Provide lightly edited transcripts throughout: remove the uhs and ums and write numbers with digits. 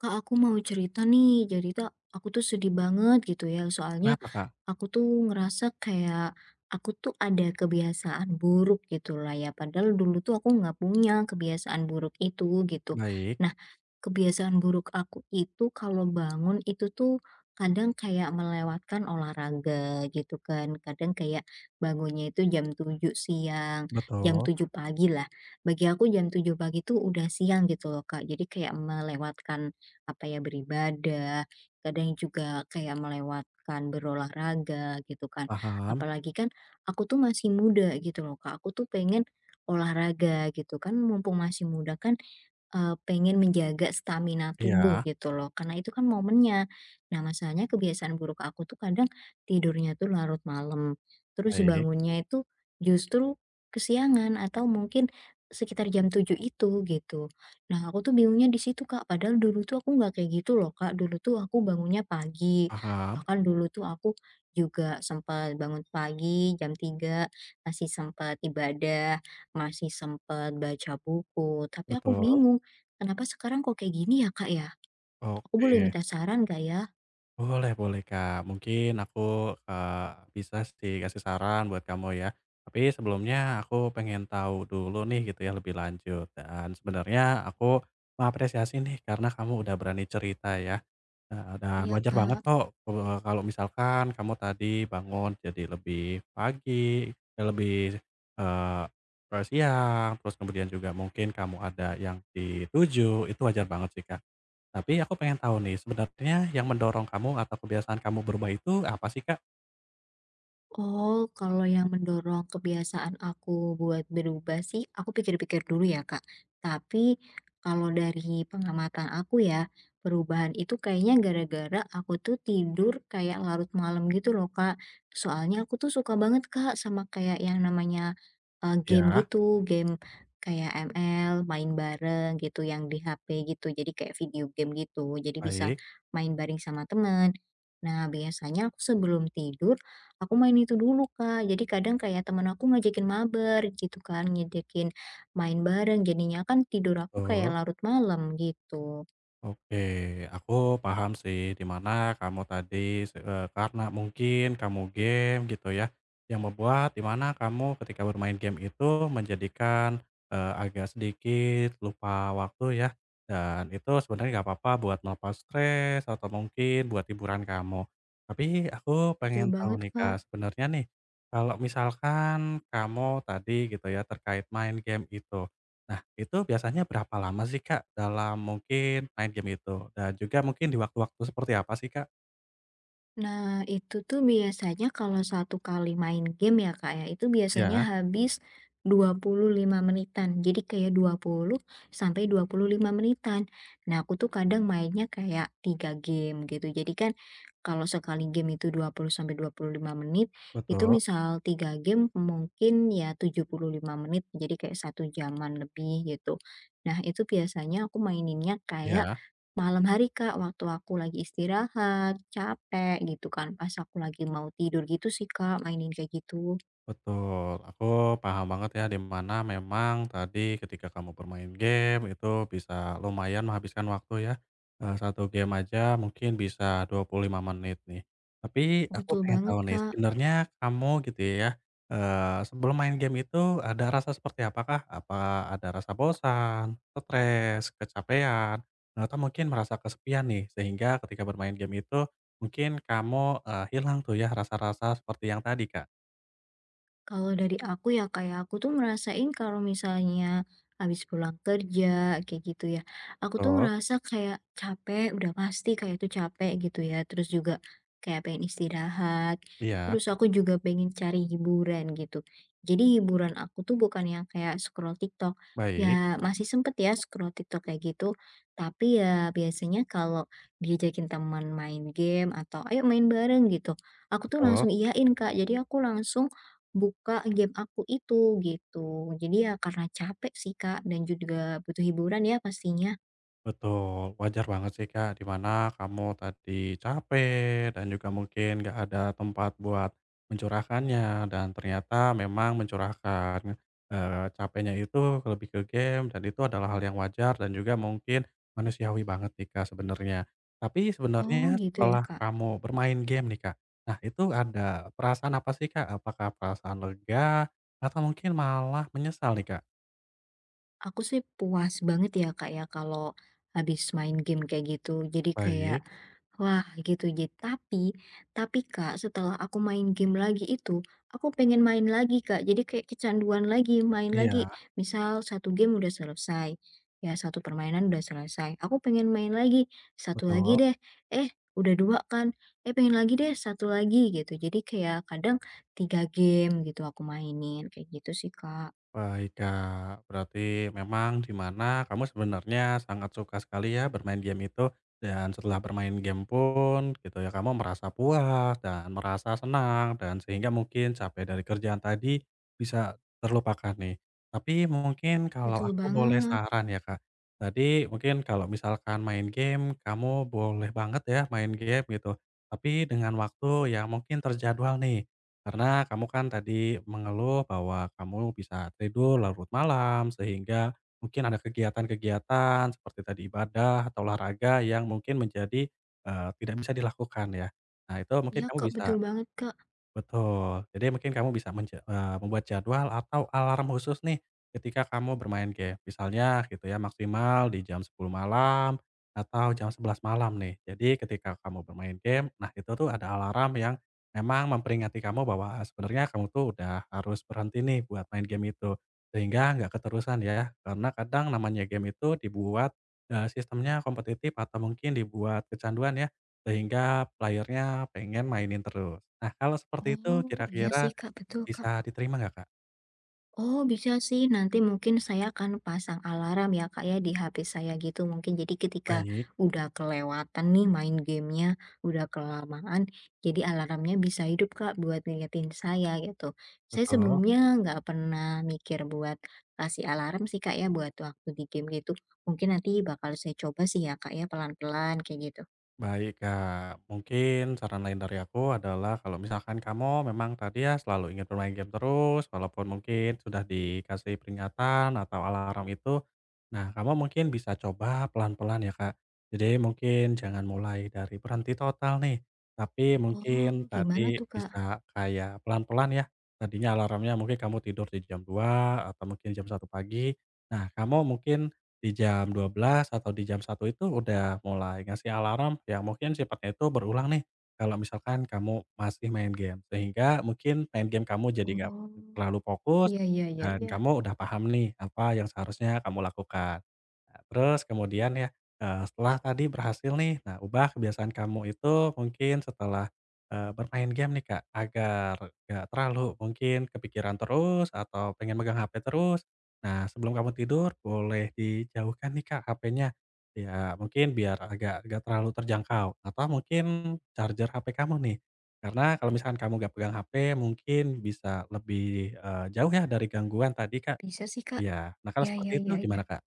Kak, aku mau cerita nih. Jadi tak aku tuh sedih banget gitu ya. Soalnya Kenapa, Kak? aku tuh ngerasa kayak aku tuh ada kebiasaan buruk gitu lah ya. Padahal dulu tuh aku nggak punya kebiasaan buruk itu gitu. Baik, Nah, kebiasaan buruk aku itu kalau bangun itu tuh kadang kayak melewatkan olahraga gitu kan. Kadang kayak bangunnya itu jam 7 siang, jam betul, 7 pagi lah. Bagi aku jam 7 pagi tuh udah siang gitu loh, Kak. Jadi kayak melewatkan apa ya, beribadah, kadang juga kayak melewatkan berolahraga gitu kan. paham, Apalagi kan aku tuh masih muda gitu loh Kak, aku tuh pengen olahraga gitu kan, mumpung masih muda kan. Pengen menjaga stamina tubuh iya, gitu loh, karena itu kan momennya. Nah, masalahnya kebiasaan buruk aku tuh kadang tidurnya tuh larut malam, terus baik, bangunnya itu justru kesiangan atau mungkin sekitar jam 7 itu gitu. Nah, aku tuh bingungnya di situ, Kak, padahal dulu tuh aku nggak kayak gitu loh, Kak. Dulu tuh aku bangunnya pagi, paham, bahkan dulu tuh aku juga sempat bangun pagi jam 3, masih sempat ibadah, masih sempat baca buku, tapi aku betul, bingung. Kenapa sekarang kok kayak gini ya, Kak, ya? Aku boleh oke. minta saran gak ya? Boleh boleh, Kak, mungkin aku, eee, bisa sih kasih saran buat kamu ya. Tapi sebelumnya aku pengen tahu dulu nih gitu ya lebih lanjut dan sebenarnya aku mengapresiasi nih karena kamu udah berani cerita ya. Dan Iya, wajar banget Kak. kok, kalau misalkan kamu tadi bangun jadi lebih pagi, eee, lebih, eee, eee, siang, terus kemudian juga mungkin kamu ada yang dituju, itu wajar banget sih, Kak. Tapi aku pengen tahu nih, sebenarnya yang mendorong kamu atau kebiasaan kamu berubah itu apa sih, Kak? Oh, kalau yang mendorong kebiasaan aku buat berubah sih, aku pikir-pikir dulu ya, Kak. Tapi kalau dari pengamatan aku ya, perubahan itu kayaknya gara-gara aku tuh tidur kayak larut malam gitu loh, Kak. Soalnya aku tuh suka banget, Kak, sama kayak yang namanya game Ya, gitu, game kayak ML, main bareng gitu yang di HP gitu. Jadi kayak video game gitu. Jadi bisa baik, main bareng sama temen. Nah, biasanya aku sebelum tidur aku main itu dulu, Kak. Jadi kadang kayak temen aku ngajakin mabar gitu kan, ngajakin main bareng, jadinya kan tidur aku kayak betul. larut malam gitu. Oke, aku paham sih dimana kamu tadi karena mungkin kamu game gitu ya, yang membuat dimana kamu ketika bermain game itu menjadikan, agak sedikit lupa waktu ya, dan itu sebenarnya nggak apa-apa buat melepas stres atau mungkin buat hiburan kamu. Tapi aku Betul pengen tahu banget, nih, Kak. Kak, sebenarnya nih, kalau misalkan kamu tadi gitu ya terkait main game itu, nah, itu biasanya berapa lama sih, Kak, dalam mungkin main game itu? Dan juga mungkin di waktu-waktu seperti apa sih, Kak? Nah, itu tuh biasanya kalau satu kali main game ya, Kak, ya, itu biasanya Ya, habis 25 menitan. Jadi kayak 20 sampai 25 menitan. Nah, aku tuh kadang mainnya kayak 3 game gitu. Jadi kan kalau sekali game itu 20 sampai 25 menit, itu betul, misal 3 game mungkin ya 75 menit, jadi kayak satu jaman lebih gitu. Nah, itu biasanya aku maininnya kayak ya. malam hari, Kak, waktu aku lagi istirahat, capek gitu kan, pas aku lagi mau tidur gitu sih, Kak, mainin kayak gitu. Betul, aku paham banget ya di mana memang tadi ketika kamu bermain game itu bisa lumayan menghabiskan waktu ya. 1 game aja mungkin bisa 25 menit nih. Tapi aku Betul pengen banget, tahu nih Kak. sebenarnya kamu gitu ya, sebelum main game itu ada rasa seperti apakah? Apa ada rasa bosan, stres, kecapean, atau mungkin merasa kesepian nih sehingga ketika bermain game itu mungkin kamu, hilang tuh ya rasa-rasa seperti yang tadi, Kak? Kalau dari aku ya kayak aku tuh ngerasain kalau misalnya habis pulang kerja kayak gitu ya, aku tuh Betul? ngerasa kayak capek, udah pasti kayak itu capek gitu ya, terus juga kayak pengen istirahat, Iya, terus aku juga pengen cari hiburan gitu. Jadi hiburan aku tuh bukan yang kayak scroll TikTok, baik, ya masih sempet ya scroll TikTok kayak gitu, tapi ya biasanya kalau diajakin teman main game atau ayo main bareng gitu, aku tuh betul langsung iyain Kak, jadi aku langsung buka game aku itu, gitu. Jadi ya karena capek sih, Kak, dan juga butuh hiburan ya pastinya. betul, wajar banget sih, Kak, di mana kamu tadi capek dan juga mungkin nggak ada tempat buat mencurahkannya dan ternyata memang mencurahkan, capeknya itu lebih ke game dan itu adalah hal yang wajar dan juga mungkin manusiawi banget nih, Kak, sebenarnya. Tapi Oh, sebenarnya gitu ya, setelah Kak. kamu bermain game nih, Kak, nah itu ada perasaan apa sih, Kak? Apakah perasaan lega atau mungkin malah menyesal nih, Kak? Aku sih puas banget ya, Kak, ya kalau habis main game kayak gitu. Jadi kayak Baik, wah, gitu. Jadi tapi Kak, setelah aku main game lagi itu, aku pengen main lagi Kak. Jadi kayak kecanduan lagi, main lagi. iya. Misal satu game udah selesai, ya satu permainan udah selesai. Aku pengen main lagi, satu lagi Betul. deh. Eh, udah dua kan? Eh, pengen lagi deh, satu lagi gitu. Jadi kayak kadang tiga game gitu aku mainin, kayak gitu sih Kak. Baik, Kak. Berarti memang di mana kamu sebenarnya sangat suka sekali ya bermain game itu dan setelah bermain game pun gitu ya kamu merasa puas dan merasa senang dan sehingga mungkin capek dari kerjaan tadi bisa terlupakan nih. Tapi mungkin kalau Betul aku boleh banget. saran ya, Kak. Tadi mungkin kalau misalkan main game kamu boleh banget ya main game gitu. Tapi dengan waktu yang mungkin terjadwal nih. Karena kamu kan tadi mengeluh bahwa kamu bisa tidur larut malam, sehingga mungkin ada kegiatan-kegiatan seperti tadi ibadah atau olahraga yang mungkin menjadi, tidak bisa dilakukan ya. Nah, itu mungkin Iya kamu Kak, betul bisa. banget Kak. Betul. Jadi mungkin kamu bisa membuat jadwal atau alarm khusus nih ketika kamu bermain game. Misalnya gitu ya maksimal di jam 10 malam atau jam 11 malam nih. Jadi ketika kamu bermain game, nah itu tuh ada alarm yang memang memperingati kamu bahwa ah, sebenarnya kamu tuh udah harus berhenti nih buat main game itu. Sehingga nggak keterusan ya, karena kadang namanya game itu dibuat, sistemnya kompetitif atau mungkin dibuat kecanduan ya. Sehingga playernya pengen mainin terus. Nah, kalau seperti itu Oh, iya kira-kira sih Kak, betul Kak. bisa diterima nggak, Kak? Oh, bisa sih. Nanti mungkin saya akan pasang alarm ya, Kak, ya, di HP saya gitu. Mungkin jadi ketika Baik, udah kelewatan nih main gamenya, udah kelamaan, jadi alarmnya bisa hidup, Kak, buat ngingetin saya gitu. Saya betul. sebelumnya nggak pernah mikir buat kasih alarm sih, Kak, ya, buat waktu di game gitu. Mungkin nanti bakal saya coba sih ya, Kak, ya, pelan-pelan kayak gitu. Baik, Kak. Mungkin saran lain dari aku adalah kalau misalkan kamu memang tadi ya selalu ingin bermain game terus, walaupun mungkin sudah dikasih peringatan atau alarm itu, nah kamu mungkin bisa coba pelan-pelan ya, Kak. Jadi mungkin jangan mulai dari berhenti total nih, tapi Oh, mungkin gimana tadi tuh, Kak? bisa kayak pelan-pelan ya. Tadinya alarmnya mungkin kamu tidur di jam 2 atau mungkin jam 1 pagi. Nah, kamu mungkin di jam 12.00 atau di jam 1 itu udah mulai ngasih alarm yang mungkin sifatnya itu berulang nih, kalau misalkan kamu masih main game. Sehingga mungkin main game kamu jadi nggak Oh, terlalu fokus iya, iya, iya, dan iya. kamu udah paham nih apa yang seharusnya kamu lakukan. Nah, terus kemudian ya, setelah tadi berhasil nih, nah ubah kebiasaan kamu itu mungkin setelah, bermain game nih Kak, agar nggak terlalu mungkin kepikiran terus atau pengen megang HP terus. Nah, sebelum kamu tidur boleh dijauhkan nih, Kak, HP-nya. Ya mungkin biar agak nggak terlalu terjangkau atau mungkin charger HP kamu nih. Karena kalau misalkan kamu nggak pegang HP mungkin bisa lebih, jauh ya dari gangguan tadi, Kak. Bisa sih, Kak. Iya. Nah, kalau Ya, seperti ya, itu ya, ya. gimana, Kak?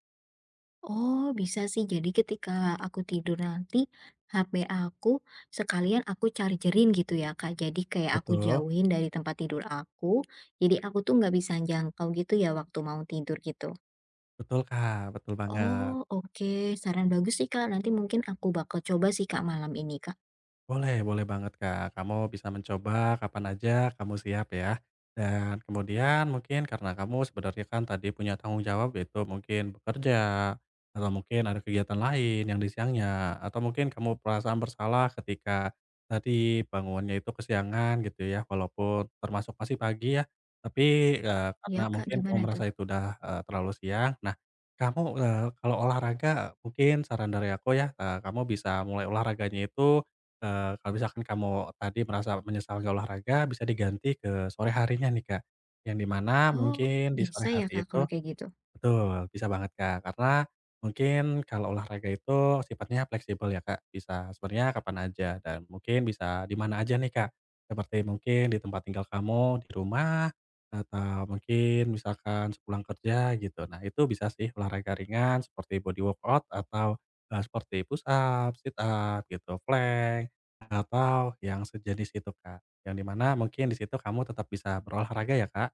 Oh, bisa sih. Jadi ketika aku tidur nanti, HP aku sekalian aku chargerin gitu ya, Kak. Jadi kayak aku Betul. jauhin dari tempat tidur aku. Jadi aku tuh nggak bisa jangkau gitu ya waktu mau tidur gitu. Betul, Kak, betul banget. Oh, oke. Saran bagus sih, Kak. Nanti mungkin aku bakal coba sih, Kak, malam ini, Kak. Boleh banget Kak. Kamu bisa mencoba kapan aja kamu siap ya. Dan kemudian mungkin karena kamu sebenarnya kan tadi punya tanggung jawab yaitu mungkin bekerja atau mungkin ada kegiatan lain yang di siangnya atau mungkin kamu perasaan bersalah ketika tadi bangunnya itu kesiangan gitu ya walaupun termasuk masih pagi ya. Tapi karena Ya, Kak, mungkin kamu gimana merasa tuh? itu udah terlalu siang. Nah, kamu kalau olahraga mungkin saran dari aku ya kamu bisa mulai olahraganya itu. Kalau misalkan kamu tadi merasa menyesal nggak olahraga, bisa diganti ke sore harinya nih, Kak. Yang di mana Oh, mungkin di sore bisa ya, hari Kak, itu kalau kayak gitu. betul, bisa banget Kak, karena mungkin kalau olahraga itu sifatnya fleksibel ya Kak, bisa sebenarnya kapan aja dan mungkin bisa di mana aja nih Kak, seperti mungkin di tempat tinggal kamu, di rumah, atau mungkin misalkan sepulang kerja gitu. Nah itu bisa sih olahraga ringan seperti body workout atau, seperti push up, sit up gitu, plank, atau yang sejenis itu Kak, yang dimana mungkin di situ kamu tetap bisa berolahraga ya Kak?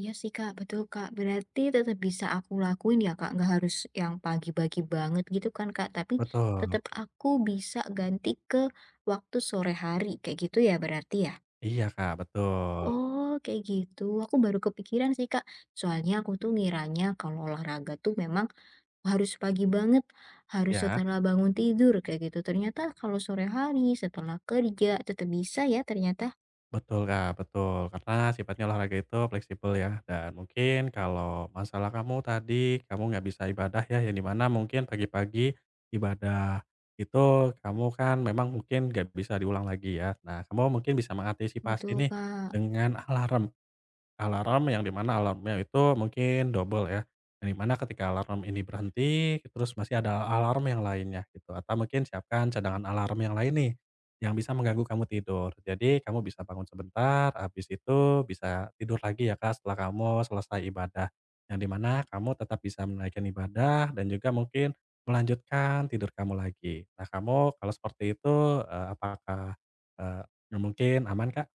Iya sih Kak, betul Kak. Berarti tetap bisa aku lakuin ya Kak, nggak harus yang pagi-pagi banget gitu kan Kak, tapi Betul, tetap aku bisa ganti ke waktu sore hari, kayak gitu ya berarti ya? iya Kak, betul. Oh kayak gitu, aku baru kepikiran sih Kak, soalnya aku tuh ngiranya kalau olahraga tuh memang harus pagi banget, harus Ya setelah bangun tidur kayak gitu, ternyata kalau sore hari setelah kerja tetap bisa ya ternyata. betul Kak, betul. Karena sifatnya olahraga itu fleksibel ya, dan mungkin kalau masalah kamu tadi, kamu nggak bisa ibadah ya, yang di mana mungkin pagi-pagi ibadah itu kamu kan memang mungkin nggak bisa diulang lagi ya. Nah, kamu mungkin bisa mengantisipasi Betul nih Kak. dengan alarm. Alarm yang di mana alarmnya itu mungkin double ya, yang di mana ketika alarm ini berhenti, terus masih ada alarm yang lainnya gitu, atau mungkin siapkan cadangan alarm yang lain nih, yang bisa mengganggu kamu tidur. Jadi kamu bisa bangun sebentar, habis itu bisa tidur lagi ya Kak, setelah kamu selesai ibadah. Yang di mana kamu tetap bisa menaikkan ibadah dan juga mungkin melanjutkan tidur kamu lagi. Nah kamu kalau seperti itu, apakah, mungkin aman Kak?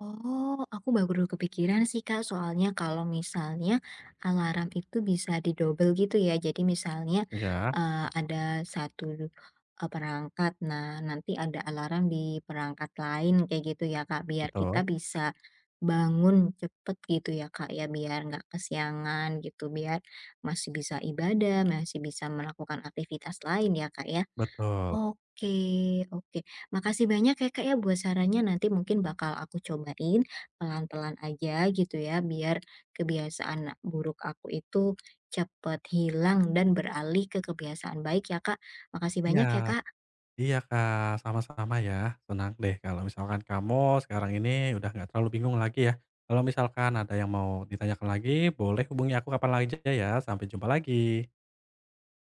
Oh, aku baru kepikiran sih Kak, soalnya kalau misalnya alarm itu bisa didobel gitu ya. Jadi misalnya Iya, eh, ada satu eh, perangkat, nah nanti ada alarm di perangkat lain kayak gitu ya Kak, biar betul, kita bisa bangun cepet gitu ya Kak ya, biar nggak kesiangan gitu, biar masih bisa ibadah, masih bisa melakukan aktivitas lain ya Kak ya. betul. Oke oke. Makasih banyak ya, Kak, ya, buat sarannya. Nanti mungkin bakal aku cobain pelan-pelan aja gitu ya, biar kebiasaan buruk aku itu cepet hilang dan beralih ke kebiasaan baik ya, Kak. Makasih Iya banyak ya, Kak. iya, Kak, sama-sama ya. Senang deh kalau misalkan kamu sekarang ini udah nggak terlalu bingung lagi ya. Kalau misalkan ada yang mau ditanyakan lagi, boleh hubungi aku kapan aja ya. Sampai jumpa lagi.